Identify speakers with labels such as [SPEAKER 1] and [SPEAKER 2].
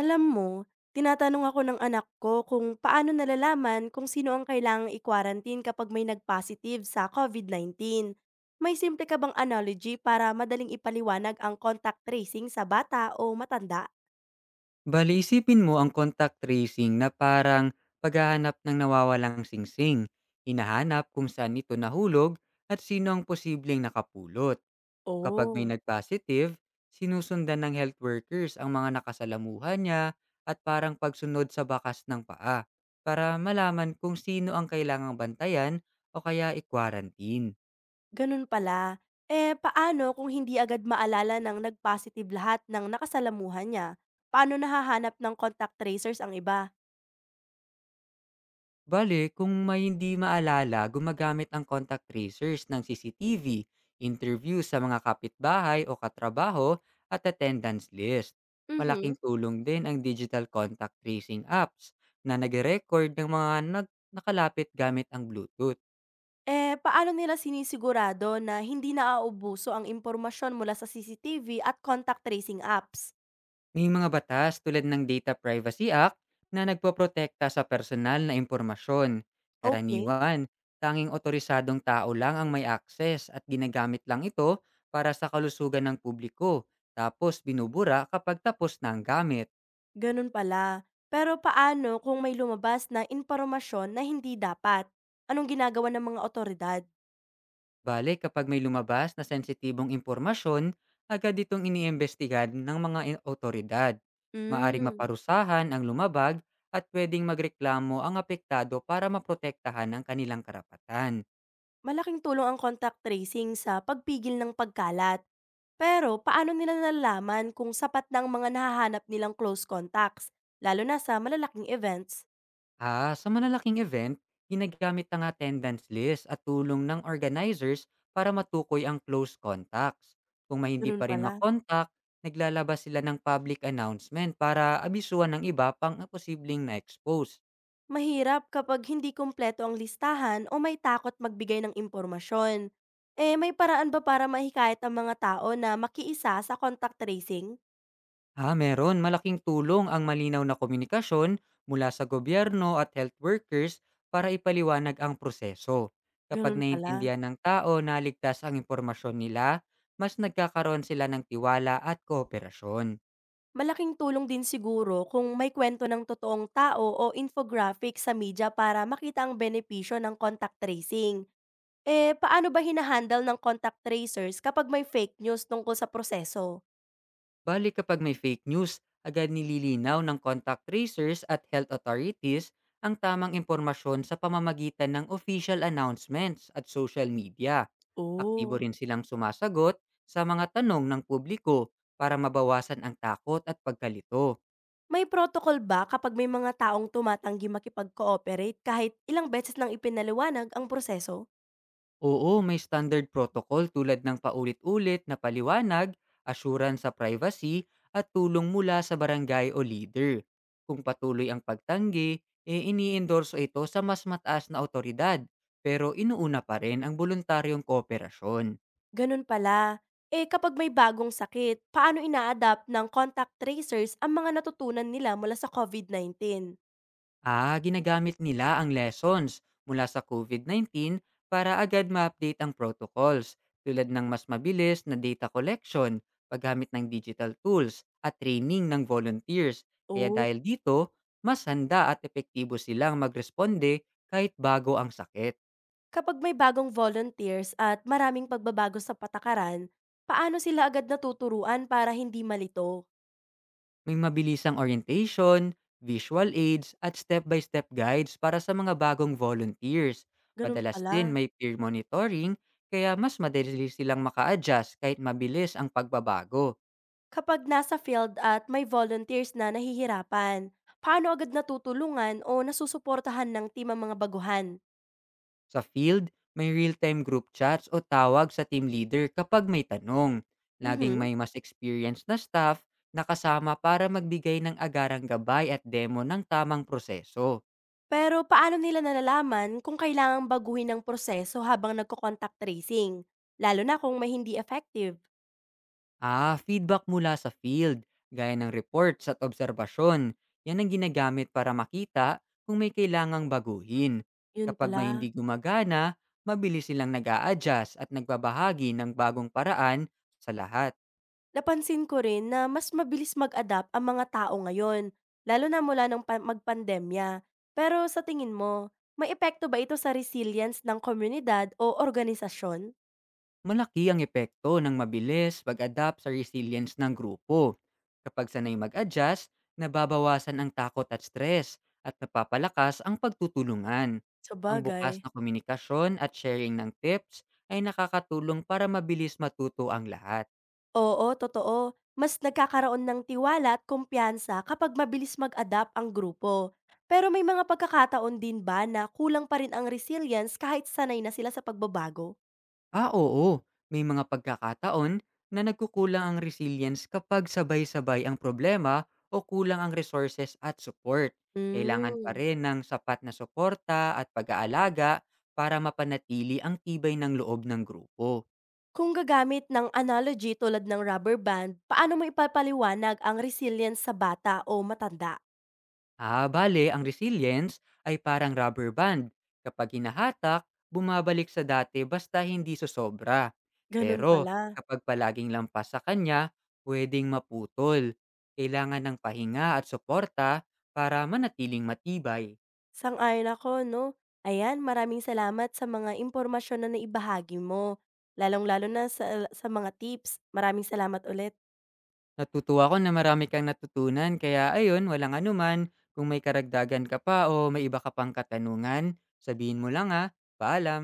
[SPEAKER 1] Alam mo, tinatanong ako ng anak ko kung paano nalalaman kung sino ang kailangang i-quarantine kapag may nag-positive sa COVID-19. May simple ka bang analogy para madaling ipaliwanag ang contact tracing sa bata o matanda?
[SPEAKER 2] Bale, isipin mo ang contact tracing na parang paghahanap ng nawawalang singsing. Hinahanap kung saan ito nahulog at sino ang posibleng nakapulot. Kapag may
[SPEAKER 1] Oh,
[SPEAKER 2] nag-positive, sinusundan ng health workers ang mga nakasalamuhan niya at parang pagsunod sa bakas ng paa para malaman kung sino ang kailangang bantayan o kaya i-quarantine.
[SPEAKER 1] ganun pala. Eh, paano kung hindi agad maalala ng nag-positive lahat ng nakasalamuhan niya? Paano nahahanap ng contact tracers ang iba?
[SPEAKER 2] Bale, kung may hindi maalala, gumagamit ang contact tracers ng CCTV, interview sa mga kapitbahay o katrabaho, at attendance list. Malaking
[SPEAKER 1] Mhm.
[SPEAKER 2] tulong din ang digital contact tracing apps na nag-record ng mga nakalapit gamit ang Bluetooth.
[SPEAKER 1] Eh, paano nila sinisigurado na hindi naauubuso ang impormasyon mula sa CCTV at contact tracing apps?
[SPEAKER 2] May mga batas tulad ng Data Privacy Act na nagpoprotekta sa personal na impormasyon.
[SPEAKER 1] Okay?
[SPEAKER 2] Karaniwan, tanging otorisadong tao lang ang may access at ginagamit lang ito para sa kalusugan ng publiko, tapos binubura kapag tapos na ang gamit.
[SPEAKER 1] Gano'n pala. Pero paano kung may lumabas na impormasyon na hindi dapat? Anong ginagawa ng mga otoridad?
[SPEAKER 2] Bale, kapag may lumabas na sensitibong impormasyon, agad itong iniimbestigahan ng mga otoridad. Maaring
[SPEAKER 1] Hmm,
[SPEAKER 2] maparusahan ang lumabag at pwedeng magreklamo ang apektado para maprotektahan ang kanilang karapatan.
[SPEAKER 1] malaking tulong ang contact tracing sa pagpigil ng pagkalat. Pero paano nila nalalaman kung sapat na ang mga nahahanap nilang close contacts, lalo na sa malalaking events?
[SPEAKER 2] Ah, sa malalaking event, ginagamit ang attendance list at tulong ng organizers para matukoy ang close contacts. Kung may hindi
[SPEAKER 1] Gano'n
[SPEAKER 2] pa rin
[SPEAKER 1] pala.
[SPEAKER 2] makontak, naglalabas sila ng public announcement para abisuan ng iba pang posibleng na-expose.
[SPEAKER 1] Mahirap kapag hindi kumpleto ang listahan o may takot magbigay ng impormasyon. Eh, may paraan ba para mahikayat ang mga tao na makiisa sa contact tracing?
[SPEAKER 2] Ah, meron malaking tulong ang malinaw na komunikasyon mula sa gobyerno at health workers para ipaliwanag ang proseso. Kapag
[SPEAKER 1] Ganun pala.
[SPEAKER 2] naiintindihan ng tao na ligtas ang impormasyon nila, mas nagkakaroon sila ng tiwala at kooperasyon.
[SPEAKER 1] Malaking tulong din siguro kung may kwento ng totoong tao o infographic sa media para makita ang benepisyo ng contact tracing. Eh, paano ba hinahandle ng contact tracers kapag may fake news tungkol sa proseso?
[SPEAKER 2] Bali kapag may fake news, agad nililinaw ng contact tracers at health authorities ang tamang impormasyon sa pamamagitan ng official announcements at social media. Aktibo
[SPEAKER 1] Oo.
[SPEAKER 2] rin silang sumasagot sa mga tanong ng publiko para mabawasan ang takot at pagkalito.
[SPEAKER 1] May protocol ba kapag may mga taong tumatanggi makipag-cooperate kahit ilang beses nang ipinaliwanag ang proseso?
[SPEAKER 2] Oo, may standard protocol tulad ng paulit-ulit na paliwanag, assurance sa privacy, at tulong mula sa barangay o leader. Kung patuloy ang pagtanggi, e iniendorso ito sa mas mataas na otoridad, pero inuuna pa rin ang voluntaryong kooperasyon.
[SPEAKER 1] Ganun pala. Eh kapag may bagong sakit, paano ina-adapt ng contact tracers ang mga natutunan nila mula sa COVID-19?
[SPEAKER 2] Ah, ginagamit nila ang lessons mula sa COVID-19 para agad ma-update ang protocols tulad ng mas mabilis na data collection, paggamit ng digital tools, at training ng volunteers. Kaya
[SPEAKER 1] Oh,
[SPEAKER 2] dahil dito, mas handa at epektibo silang magresponde kahit bago ang sakit.
[SPEAKER 1] kapag may bagong volunteers at maraming pagbabago sa patakaran, paano sila agad natuturuan para hindi malito?
[SPEAKER 2] May mabilisang orientation, visual aids, at step-by-step guides para sa mga bagong volunteers.
[SPEAKER 1] Ganun
[SPEAKER 2] Padalas din
[SPEAKER 1] pala.
[SPEAKER 2] may peer monitoring, kaya mas madali silang maka-adjust kahit mabilis ang pagbabago.
[SPEAKER 1] Kapag nasa field at may volunteers na nahihirapan, paano agad natutulungan o nasusuportahan ng team ang mga baguhan?
[SPEAKER 2] Sa field, may real-time group chats o tawag sa team leader kapag may tanong. Laging
[SPEAKER 1] Mhm.
[SPEAKER 2] may mas experienced na staff na kasama para magbigay ng agarang gabay at demo ng tamang proseso.
[SPEAKER 1] Pero paano nila nalalaman kung kailangang baguhin ang proseso habang nagko-contact tracing? Lalo na kung may hindi effective.
[SPEAKER 2] Ah, feedback mula sa field, gaya ng reports at obserbasyon. Yan ang ginagamit para makita kung may kailangang baguhin.
[SPEAKER 1] Yun
[SPEAKER 2] Kapag may
[SPEAKER 1] pala.
[SPEAKER 2] hindi gumagana, mabilis silang nag adjust at nagbabahagi ng bagong paraan sa lahat.
[SPEAKER 1] Napansin ko rin na mas mabilis mag-adapt ang mga tao ngayon, lalo na mula ng magpandemya. Pero sa tingin mo, may epekto ba ito sa resilience ng komunidad o organisasyon?
[SPEAKER 2] Malaki ang epekto ng mabilis pag-adapt sa resilience ng grupo. Kapag sanay mag-adjust, nababawasan ang takot at stress at napapalakas ang pagtutulungan.
[SPEAKER 1] Sa
[SPEAKER 2] Ang
[SPEAKER 1] bagay.
[SPEAKER 2] bukas na komunikasyon at sharing ng tips ay nakakatulong para mabilis matuto ang lahat.
[SPEAKER 1] Oo, totoo. Mas nagkakaroon ng tiwala at kumpiyansa kapag mabilis mag-adapt ang grupo. Pero may mga pagkakataon din ba na kulang pa rin ang resilience kahit sanay na sila sa pagbabago?
[SPEAKER 2] Ah, oo. May mga pagkakataon na nagkukulang ang resilience kapag sabay-sabay ang problema o kulang ang resources at support. Kailangan pa
[SPEAKER 1] Hmm.
[SPEAKER 2] rin ng sapat na suporta at pag-aalaga para mapanatili ang tibay ng loob ng grupo.
[SPEAKER 1] Kung gagamit ng analogy tulad ng rubber band, paano mo ipapaliwanag ang resilience sa bata o matanda?
[SPEAKER 2] Ah, bale, ang resilience ay parang rubber band. Kapag hinahatak, bumabalik sa dati basta hindi susobra.
[SPEAKER 1] Ganun
[SPEAKER 2] Pero
[SPEAKER 1] pala.
[SPEAKER 2] kapag palaging lampas sa kanya, pwedeng maputol. Kailangan ng pahinga at suporta para manatiling matibay.
[SPEAKER 1] Sang-ayon ako, no? Ayan, maraming salamat sa mga impormasyon na naibahagi mo. Lalong-lalo na sa mga tips. Maraming salamat ulit.
[SPEAKER 2] Natutuwa ko na marami kang natutunan kaya ayun, walang anuman. Kung may karagdagan ka pa o may iba ka pang katanungan, sabihin mo lang ha. Paalam!